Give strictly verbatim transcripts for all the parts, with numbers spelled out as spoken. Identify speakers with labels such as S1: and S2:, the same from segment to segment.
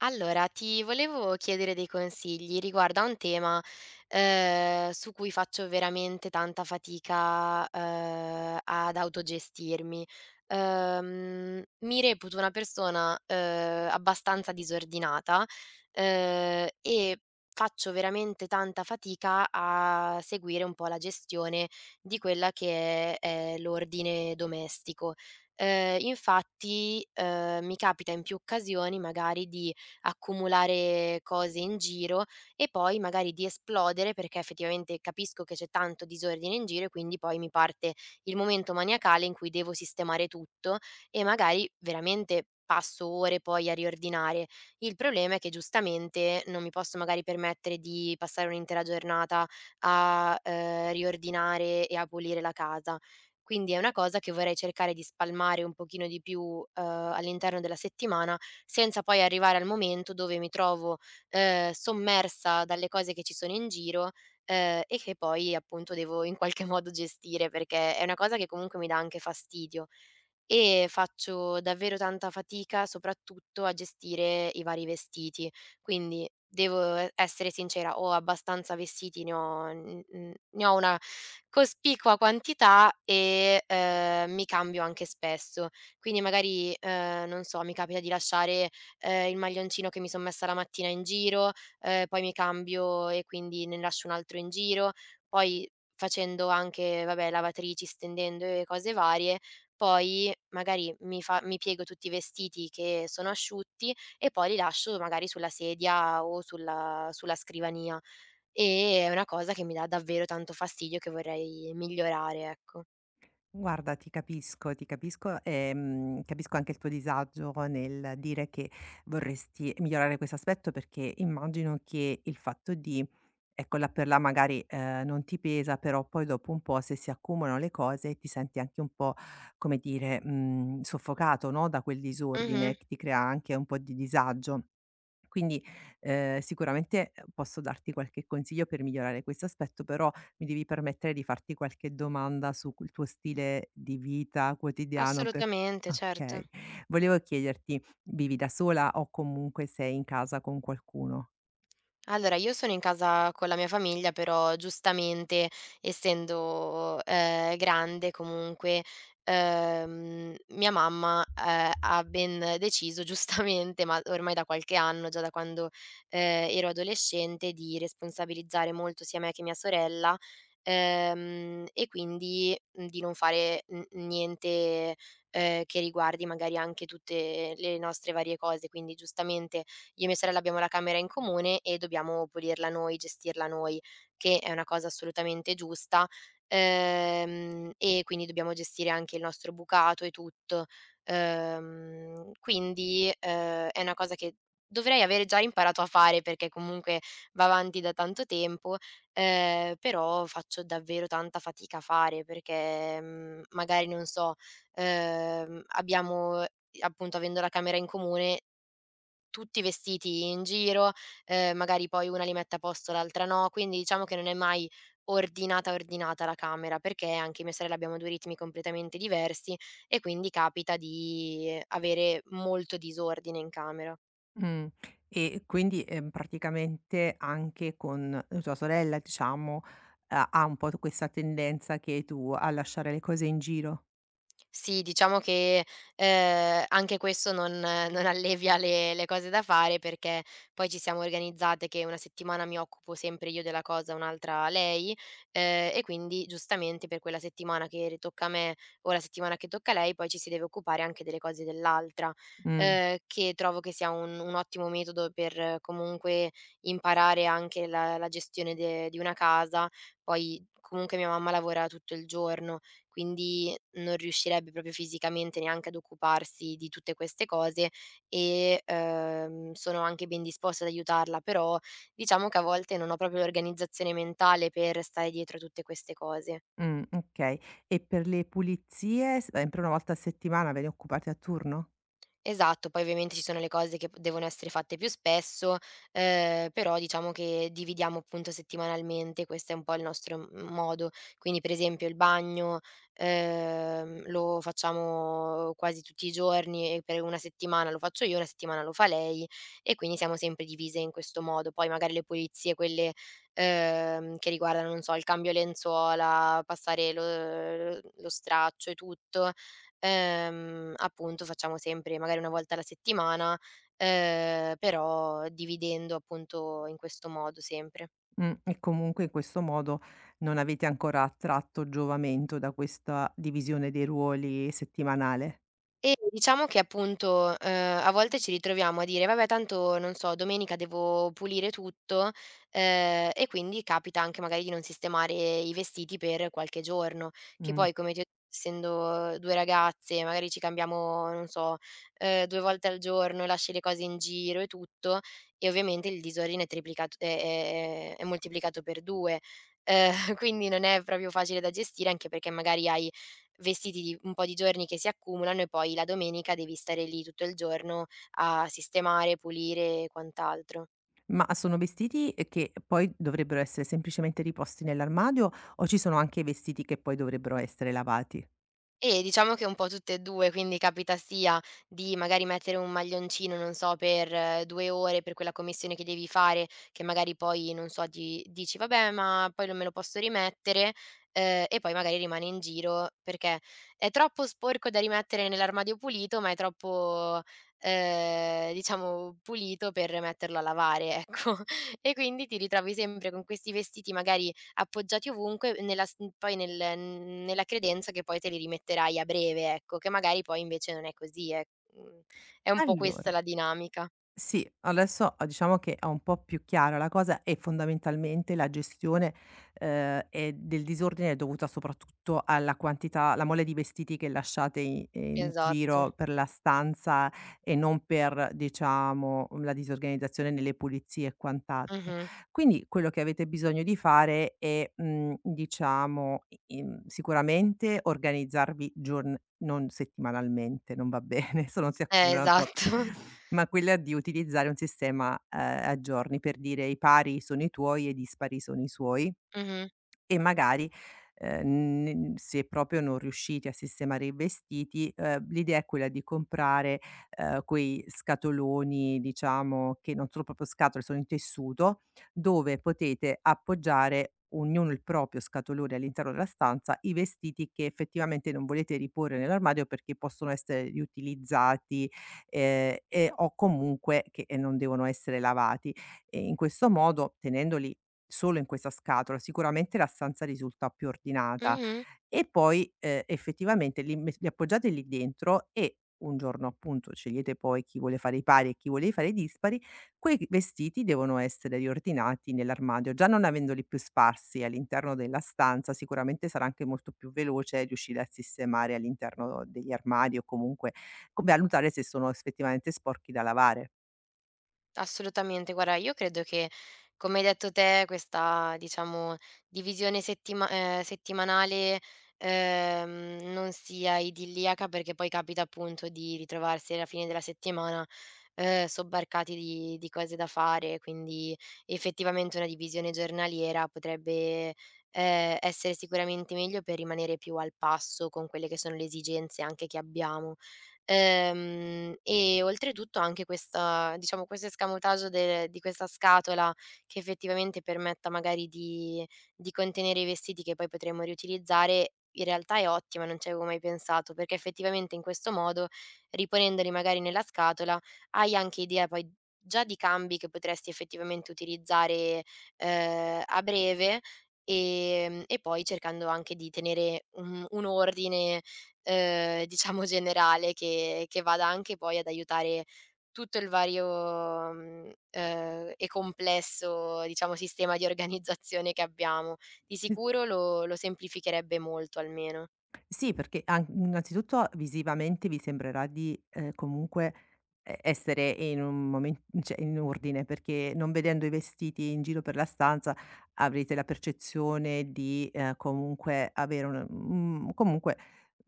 S1: Allora, ti volevo chiedere dei consigli riguardo a un tema, ehm, su cui faccio veramente tanta fatica, ehm, ad autogestirmi. Ehm, mi reputo una persona, ehm, abbastanza disordinata, ehm, e faccio veramente tanta fatica a seguire un po' la gestione di quella che è è l'ordine domestico. Ehm, infatti, ehm, mi capita in più occasioni magari di accumulare cose in giro e poi magari di esplodere, perché effettivamente capisco che c'è tanto disordine in giro e quindi poi mi parte il momento maniacale in cui devo sistemare tutto e magari veramente passo ore poi a riordinare. Il problema è che giustamente non mi posso magari permettere di passare un'intera giornata a, ehm, riordinare e a pulire la casa. Quindi è una cosa che vorrei cercare di spalmare un pochino di più, ehm, all'interno della settimana senza poi arrivare al momento dove mi trovo, ehm, sommersa dalle cose che ci sono in giro, ehm, e che poi appunto devo in qualche modo gestire, perché è una cosa che comunque mi dà anche fastidio. E faccio davvero tanta fatica, soprattutto a gestire i vari vestiti. Quindi devo e essere sincera, ho abbastanza vestiti, ne ho n n ne ho una cospicua quantità e, ehm, mi cambio anche spesso. Quindi magari, ehm, non so, mi capita di lasciare, ehm, il maglioncino che mi son messa la mattina in giro, ehm, poi mi cambio e quindi ne lascio un altro in giro, poi facendo anche, vabbè, lavatrici, stendendo e cose varie, poi magari mi fa mi piego tutti i vestiti che sono asciutti e poi li lascio magari sulla sedia o sulla sulla scrivania. E è una cosa che mi dà davvero tanto fastidio, che vorrei migliorare, ecco.
S2: Guarda, ti capisco, ti capisco, ehm, capisco anche il tuo disagio nel dire che vorresti migliorare questo aspetto, perché immagino che il fatto di, ecco, là per là magari eh, non ti pesa, però poi dopo un po' se si accumulano le cose ti senti anche un po', come dire, mh, soffocato, no? Da quel
S1: Mh-mh.
S2: disordine che ti crea anche un po' di disagio. Quindi, ehm, sicuramente, ehm, posso darti qualche consiglio per migliorare questo aspetto, però mi devi permettere di farti qualche domanda su q il tuo stile di vita quotidiano per
S1: Assolutamente, certo.
S2: okay. Volevo chiederti: vivi da sola o comunque sei in casa con qualcuno?
S1: Allora, io sono in casa con la mia famiglia, però giustamente essendo, ehm, grande comunque, ehm, mia mamma, ehm, ha ben deciso giustamente, ma ormai da qualche anno, già da quando, ehm, ero adolescente, di responsabilizzare molto sia me che mia sorella, ehm, e quindi mm, di non fare n niente, ehm, che riguardi magari anche tutte le nostre varie cose. Quindi giustamente io e mia sorella abbiamo la camera in comune e dobbiamo pulirla noi, gestirla noi, che è una cosa assolutamente giusta, ehm, e quindi dobbiamo gestire anche il nostro bucato e tutto. Ehm, quindi, ehm, è una cosa che dovrei avere già imparato a fare perché comunque va avanti da tanto tempo, ehm, però faccio davvero tanta fatica a fare perché, mhmm, magari non so, ehm, abbiamo appunto avendo la camera in comune tutti vestiti in giro, ehm, magari poi una li mette a posto, l'altra no, quindi diciamo che non è mai ordinata, ordinata la camera, perché anche mia sorella abbiamo due ritmi completamente diversi e quindi capita di avere molto disordine in camera.
S2: Mh. E quindi, ehm, praticamente anche con tua sorella, diciamo, ha ha un po' t questa tendenza che hai tu a lasciare le cose in giro?
S1: Sì, diciamo che, ehm, anche questo non non allevia le le cose da fare, perché poi ci siamo organizzate che una settimana mi occupo sempre io della cosa, un'altra lei, ehm, e quindi giustamente per quella settimana che ritocca a me o la settimana che tocca a lei, poi ci si deve occupare anche delle cose dell'altra,
S2: Mh.
S1: ehm, che trovo che sia un un ottimo metodo per eh, comunque imparare anche la la gestione de di una casa. Poi comunque mia mamma lavora tutto il giorno, quindi non riuscirebbe proprio fisicamente neanche ad occuparsi di tutte queste cose e, ehm, sono anche ben disposta ad aiutarla, però diciamo che a volte non ho proprio l'organizzazione mentale per stare dietro a tutte queste cose.
S2: Mh, okay. E per le pulizie, sempre una volta a settimana ve ne occupate a turno?
S1: Esatto, poi ovviamente ci sono le cose che p devono essere fatte più spesso, ehm, però diciamo che dividiamo appunto settimanalmente, questo è un po' il nostro m modo. Quindi per esempio il bagno, ehm, lo facciamo quasi tutti i giorni e per una settimana lo faccio io, una settimana lo fa lei e quindi siamo sempre divise in questo modo. Poi magari le pulizie quelle, ehm, che riguardano, non so, il cambio lenzuola, passare lo lo straccio e tutto, Ehm, appunto facciamo sempre magari una volta alla settimana, ehm, però dividendo appunto in questo modo sempre.
S2: Mh, e comunque in questo modo non avete ancora tratto giovamento da questa divisione dei ruoli settimanale.
S1: E diciamo che appunto, uhm, a volte ci ritroviamo a dire: "Vabbè tanto, non so, domenica devo pulire tutto", ehm, e quindi capita anche magari di non sistemare i vestiti per qualche giorno, che
S2: Mh.
S1: poi come ti ho detto, essendo due ragazze, magari ci cambiamo, non so, uhm, due volte al giorno, lasci le cose in giro e tutto, e ovviamente il disordine è triplicat è è è è moltiplicato per due. Uhm, quindi non è proprio facile da gestire, anche perché magari hai vestiti di un po' di giorni che si accumulano e poi la domenica devi stare lì tutto il giorno a sistemare, pulire e quant'altro.
S2: Ma sono vestiti che poi dovrebbero essere semplicemente riposti nell'armadio o ci sono anche vestiti che poi dovrebbero essere lavati?
S1: Eh, diciamo che un po' tutte e due, quindi capita sia di magari mettere un maglioncino, non so, per due ore per quella commissione che devi fare, che magari poi, non so, di dici: "Vabbè, ma poi non me lo posso rimettere", ehm, e poi magari rimane in giro perché è troppo sporco da rimettere nell'armadio pulito, ma è troppo, ehm, diciamo pulito per metterlo a lavare, ecco. E quindi ti ritrovi sempre con questi vestiti magari appoggiati ovunque ehm, nella s poi nel nella credenza che poi te li rimetterai a breve, ecco, che magari poi invece non è così, è mhmm, è un po' questa
S2: Allora,
S1: la dinamica.
S2: sì, adesso a diciamo che ho un po' più chiara la cosa e fondamentalmente la gestione, ehm, è del disordine è dovuta soprattutto alla quantità, alla mole di vestiti che lasciate i ehm, in
S1: Esatto.
S2: giro per la stanza e non per, diciamo, la disorganizzazione nelle pulizie e quant'altro.
S1: Mh-mh.
S2: Quindi quello che avete bisogno di fare è, mhmm, diciamo, i im sicuramente organizzarvi giorn non settimanalmente, non va bene, se no si
S1: Eh,
S2: accumulano
S1: esatto.
S2: troppe, ma quella di utilizzare un sistema, ehm, a giorni, per dire: i pari sono i tuoi e i dispari sono i suoi.
S1: Mh-mh.
S2: E magari, ehm, n se proprio non riuscite a sistemare i vestiti, ehm, l'idea è quella di comprare, ehm, quei scatoloni, diciamo, che non sono proprio scatole, sono in tessuto, dove potete appoggiare, ognuno il proprio scatolone all'interno della stanza, i vestiti che effettivamente non volete riporre nell'armadio perché possono essere riutilizzati, ehm, e o comunque che eh, non devono essere lavati. E in questo modo, tenendoli solo in questa scatola, sicuramente la stanza risulta più ordinata.
S1: Mh-mh.
S2: E poi, ehm, effettivamente li mes li appoggiate lì dentro e un giorno appunto scegliete poi chi vuole fare i pari e chi vuole fare i dispari, quei g vestiti devono essere riordinati nell'armadio. Già non avendoli più sparsi all'interno della stanza, sicuramente sarà anche molto più veloce riuscire a sistemare all'interno degli armadi o comunque co valutare se sono effettivamente sporchi da lavare.
S1: Assolutamente, guarda io credo che, come hai detto te, questa diciamo divisione settima ehm, settimanale, ehm, non sia idilliaca perché poi capita appunto di ritrovarsi alla fine della settimana, ehm, sobbarcati di di cose da fare, quindi effettivamente una divisione giornaliera potrebbe, ehm, essere sicuramente meglio per rimanere più al passo con quelle che sono le esigenze anche che abbiamo. Ehm, e oltretutto anche questa diciamo questo escamotage de di questa scatola che effettivamente permetta magari di di contenere i vestiti che poi potremo riutilizzare, in realtà è ottima, non ci avevo mai pensato, perché effettivamente in questo modo, riponendoli magari nella scatola, hai anche idea poi già di cambi che potresti effettivamente utilizzare, ehm, a breve, ehm, e poi cercando anche di tenere un un ordine ehm, diciamo generale che che vada anche poi ad aiutare tutto il vario, mhmm, ehm, e complesso, diciamo, sistema di organizzazione che abbiamo. Di sicuro lo lo semplificherebbe molto almeno.
S2: Sì, perché an innanzitutto visivamente vi sembrerà di, ehm, comunque e essere in un momen cioè in ordine, perché non vedendo i vestiti in giro per la stanza avrete la percezione di, ehm, comunque avere un mhmm, comunque,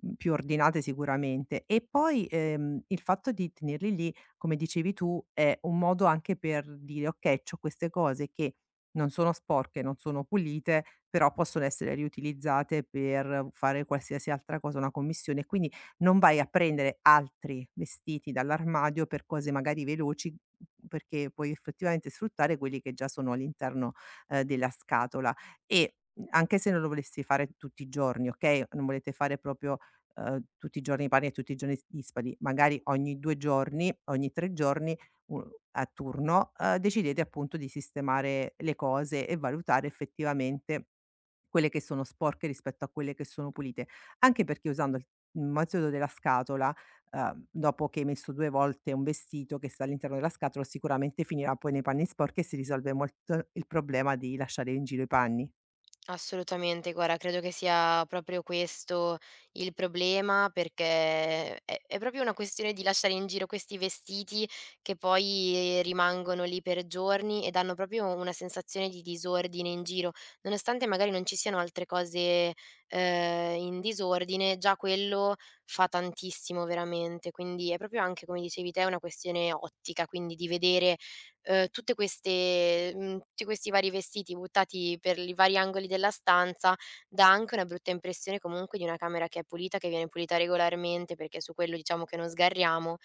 S2: mhmm, più ordinate sicuramente. E poi, ehm, il fatto di tenerli lì, come dicevi tu, è un modo anche per dire: "Okay, c'ho queste cose che" non sono sporche, non sono pulite, però possono essere riutilizzate per fare qualsiasi altra cosa, una commissione. Quindi non vai a prendere altri vestiti dall'armadio per cose magari veloci, perché puoi effettivamente sfruttare quelli che già sono all'interno, ehm, della scatola. E, mhmm, anche se non lo volessi fare tutti i giorni, okay, non volete fare proprio, ehm, tutti i giorni i panni e tutti i giorni s dispari, magari ogni due giorni, ogni tre giorni u a turno, uhm, decidete appunto di sistemare le cose e valutare effettivamente quelle che sono sporche rispetto a quelle che sono pulite. Anche perché usando il il metodo della scatola, uhm, dopo che hai messo due volte un vestito che sta all'interno della scatola, sicuramente finirà poi nei panni sporchi e si risolve molto il problema di lasciare in giro i panni.
S1: Assolutamente, guarda, credo che sia proprio questo il problema, perché è è proprio una questione di lasciare in giro questi vestiti che poi rimangono lì per giorni e danno proprio una sensazione di disordine in giro. Nonostante magari non ci siano altre cose, ehm, in disordine, già quello fa tantissimo veramente. Quindi è proprio anche, come dicevi te, una questione ottica, quindi di vedere uhm, tutte queste mhmm, tutti questi vari vestiti buttati per i vari angoli della stanza, dà anche una brutta impressione comunque di una camera che è pulita, che viene pulita regolarmente, perché su quello diciamo che non sgarriamo,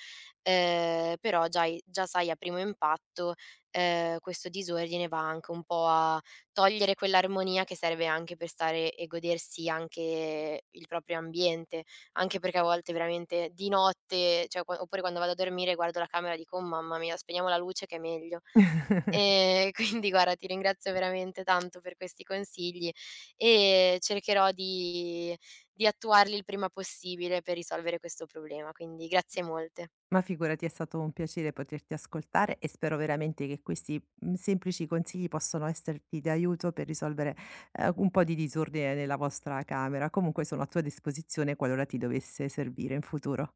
S1: ehm, però già i già sai a primo impatto, ehm, questo disordine va anche un po' a togliere quell'armonia che serve anche per stare e godersi anche il proprio ambiente anche perché a volte veramente di notte, cioè qua oppure quando vado a dormire guardo la camera e dico: "Oh mamma mia, spegniamo la luce che è meglio". Ehm, quindi guarda, ti ringrazio veramente tanto per questi consigli e cercherò di di attuarli il prima possibile per risolvere questo problema, quindi grazie molte.
S2: Ma figurati, è stato un piacere poterti ascoltare e spero veramente che questi, mhmm, semplici consigli possano esserti d'aiuto per risolvere, ehm, un po' di disordine nella vostra camera. Comunque sono a tua disposizione qualora ti dovesse servire in futuro.